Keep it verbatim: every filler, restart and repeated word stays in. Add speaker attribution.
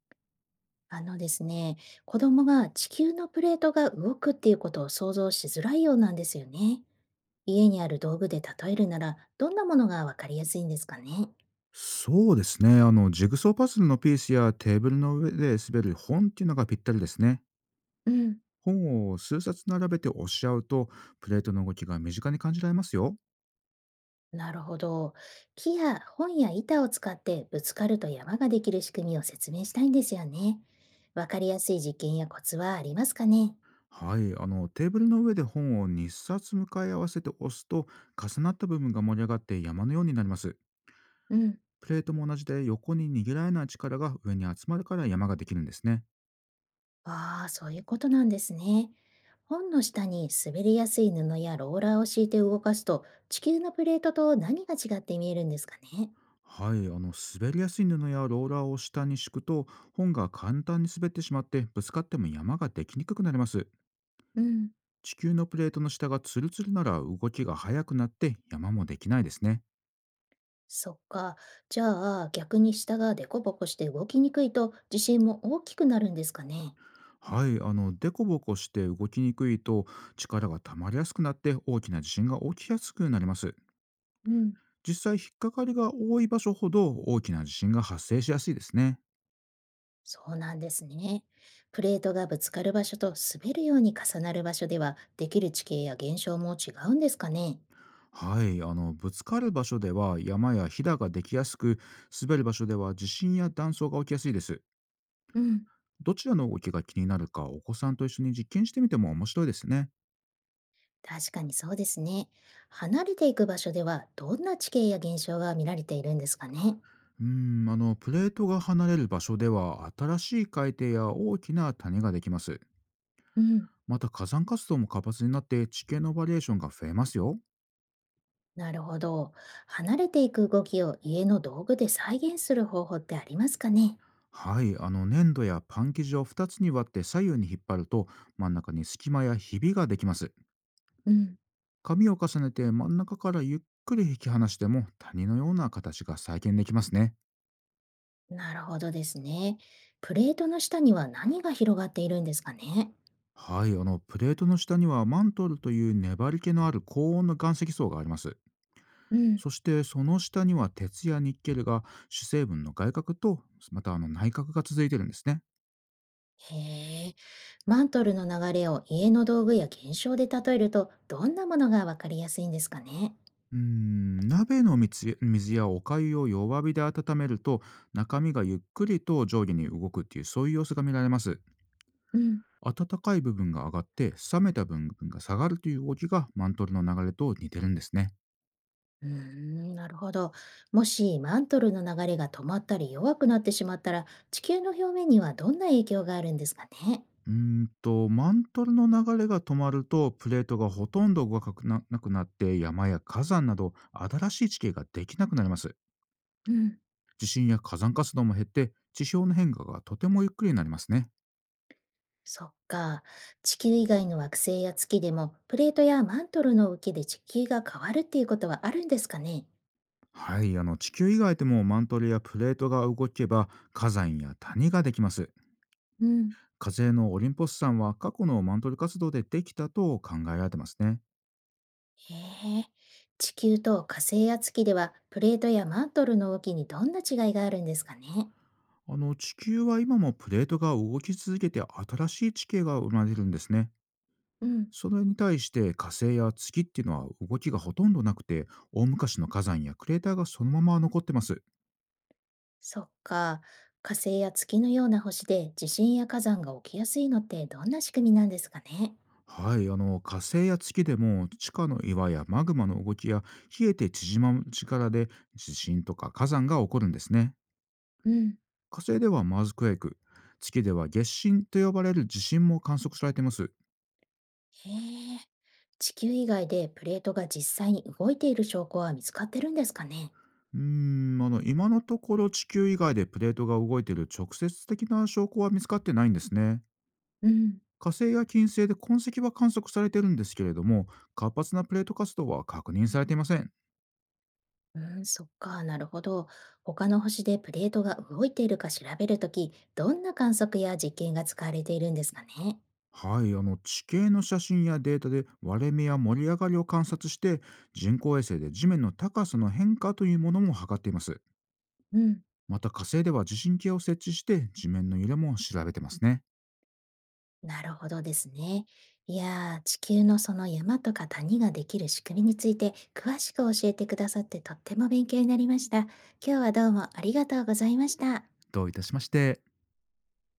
Speaker 1: あのですね、子供が地球のプレートが動くっていうことを想像しづらいようなんですよね。家にある道具で例えるなら、どんなものがわかりやすいんですかね。
Speaker 2: そうですね。あの、ジグソーパズルのピースやテーブルの上で滑る本っていうのがぴったりですね。
Speaker 1: うん、
Speaker 2: 本を数冊並べて押し合うと、プレートの動きが身近に感じられますよ。
Speaker 1: なるほど。木や本や板を使ってぶつかると山ができる仕組みを説明したいんですよね。わかりやすい実験やコツはありますかね。
Speaker 2: はい。あの、テーブルの上で本をにさつ向かい合わせて押すと、重なった部分が盛り上がって山のようになります。
Speaker 1: うん。
Speaker 2: プレートも同じで、横に逃げられない力が上に集まるから山ができるんですね。
Speaker 1: ああ、そういうことなんですね。本の下に滑りやすい布やローラーを敷いて動かすと、地球のプレートと何が違って見えるんですかね。
Speaker 2: はい。あの、滑りやすい布やローラーを下に敷くと、本が簡単に滑ってしまって、ぶつかっても山ができにくくなります。
Speaker 1: うん、
Speaker 2: 地球のプレートの下がツルツルなら、動きが速くなって山もできないですね。
Speaker 1: そっか。じゃあ、逆に下がデコボコして動きにくいと、地震も大きくなるんですかね。
Speaker 2: はい、あの、デコボコして動きにくいと、力が溜まりやすくなって大きな地震が起きやすくなります。
Speaker 1: うん、
Speaker 2: 実際、引っかかりが多い場所ほど大きな地震が発生しやすいですね。
Speaker 1: そうなんですね。プレートがぶつかる場所と滑るように重なる場所では、できる地形や現象も違うんですかね。
Speaker 2: はい、あの、ぶつかる場所では山やひだができやすく、滑る場所では地震や断層が起きやすいです。
Speaker 1: うん。
Speaker 2: どちらの動きが気になるか、お子さんと一緒に実験してみても面白いですね。
Speaker 1: 確かにそうですね。離れていく場所ではどんな地形や現象が見られているんですかね。
Speaker 2: うーん、あの、プレートが離れる場所では、新しい海底や大きな谷ができます。
Speaker 1: うん、
Speaker 2: また、火山活動も活発になって、地形のバリエーションが増えますよ。
Speaker 1: なるほど。離れていく動きを家の道具で再現する方法ってありますかね。
Speaker 2: はい、あの、粘土やパン生地をふたつに割って左右に引っ張ると、真ん中に隙間やひびができます。
Speaker 1: うん、
Speaker 2: 紙を重ねて真ん中からゆっくり引き離しても、谷のような形が再現できますね。
Speaker 1: なるほどですね。プレートの下には何が広がっているんですかね。
Speaker 2: はい、あの、プレートの下にはマントルという粘り気のある高温の岩石層があります。
Speaker 1: うん。
Speaker 2: そして、その下には鉄やニッケルが主成分の外核と、またあの内核が続いてるんですね。
Speaker 1: へえ、マントルの流れを家の道具や現象で例えるとどんなものがわかりやすいんですかね。
Speaker 2: うーん鍋の水水やお粥を弱火で温めると、中身がゆっくりと上下に動くっていう、そういう様子が見られます。
Speaker 1: うん。
Speaker 2: 温かい部分が上がって冷めた部分が下がるという動きが、マントルの流れと似てるんですね。
Speaker 1: うーん、なるほど。もしマントルの流れが止まったり弱くなってしまったら、地球の表面にはどんな影響があるんですかね。
Speaker 2: うーんとマントルの流れが止まると、プレートがほとんど動かななくなって、山や火山など新しい地形ができなくなります。
Speaker 1: うん、
Speaker 2: 地震や火山活動も減って、地表の変化がとてもゆっくりになりますね。
Speaker 1: そっか。地球以外の惑星や月でも、プレートやマントルの動きで地球が変わるっていうことはあるんですかね。
Speaker 2: はい、あの地球以外でもマントルやプレートが動けば火山や谷ができます。
Speaker 1: うん、
Speaker 2: 火星のオリンポス山は過去のマントル活動でできたと考えられてますね。
Speaker 1: へえ。地球と火星や月では、プレートやマントルの動きにどんな違いがあるんですかね。
Speaker 2: あの地球は今もプレートが動き続けて新しい地形が生まれるんですね。
Speaker 1: うん。
Speaker 2: それに対して、火星や月っていうのは動きがほとんどなくて、大昔の火山やクレーターがそのまま残ってます。
Speaker 1: そっか。火星や月のような星で地震や火山が起きやすいのってどんな仕組みなんですかね。
Speaker 2: はい、あの火星や月でも、地下の岩やマグマの動きや冷えて縮まる力で地震とか火山が起こるんですね。
Speaker 1: うん。
Speaker 2: 火星ではマーズクエイク、月では月震と呼ばれる地震も観測されています。
Speaker 1: へえ。地球以外でプレートが実際に動いている証拠は見つかってるんですかね。
Speaker 2: うーん、あの今のところ、地球以外でプレートが動いている直接的な証拠は見つかってないんですね。
Speaker 1: うん。
Speaker 2: 火星や金星で痕跡は観測されているんですけれども、活発なプレート活動は確認されていません。
Speaker 1: うん、そっか、なるほど。他の星でプレートが動いているか調べるとき、どんな観測や実験が使われているんですかね。
Speaker 2: はい、あの地形の写真やデータで割れ目や盛り上がりを観察して、人工衛星で地面の高さの変化というものも測っています。
Speaker 1: うん。
Speaker 2: また、火星では地震計を設置して地面の揺れも調べてますね。
Speaker 1: なるほどですね。いやー、地球のその山とか谷ができる仕組みについて詳しく教えてくださってとっても勉強になりました。今日はどうもありがとうございました。
Speaker 2: どういたしまして。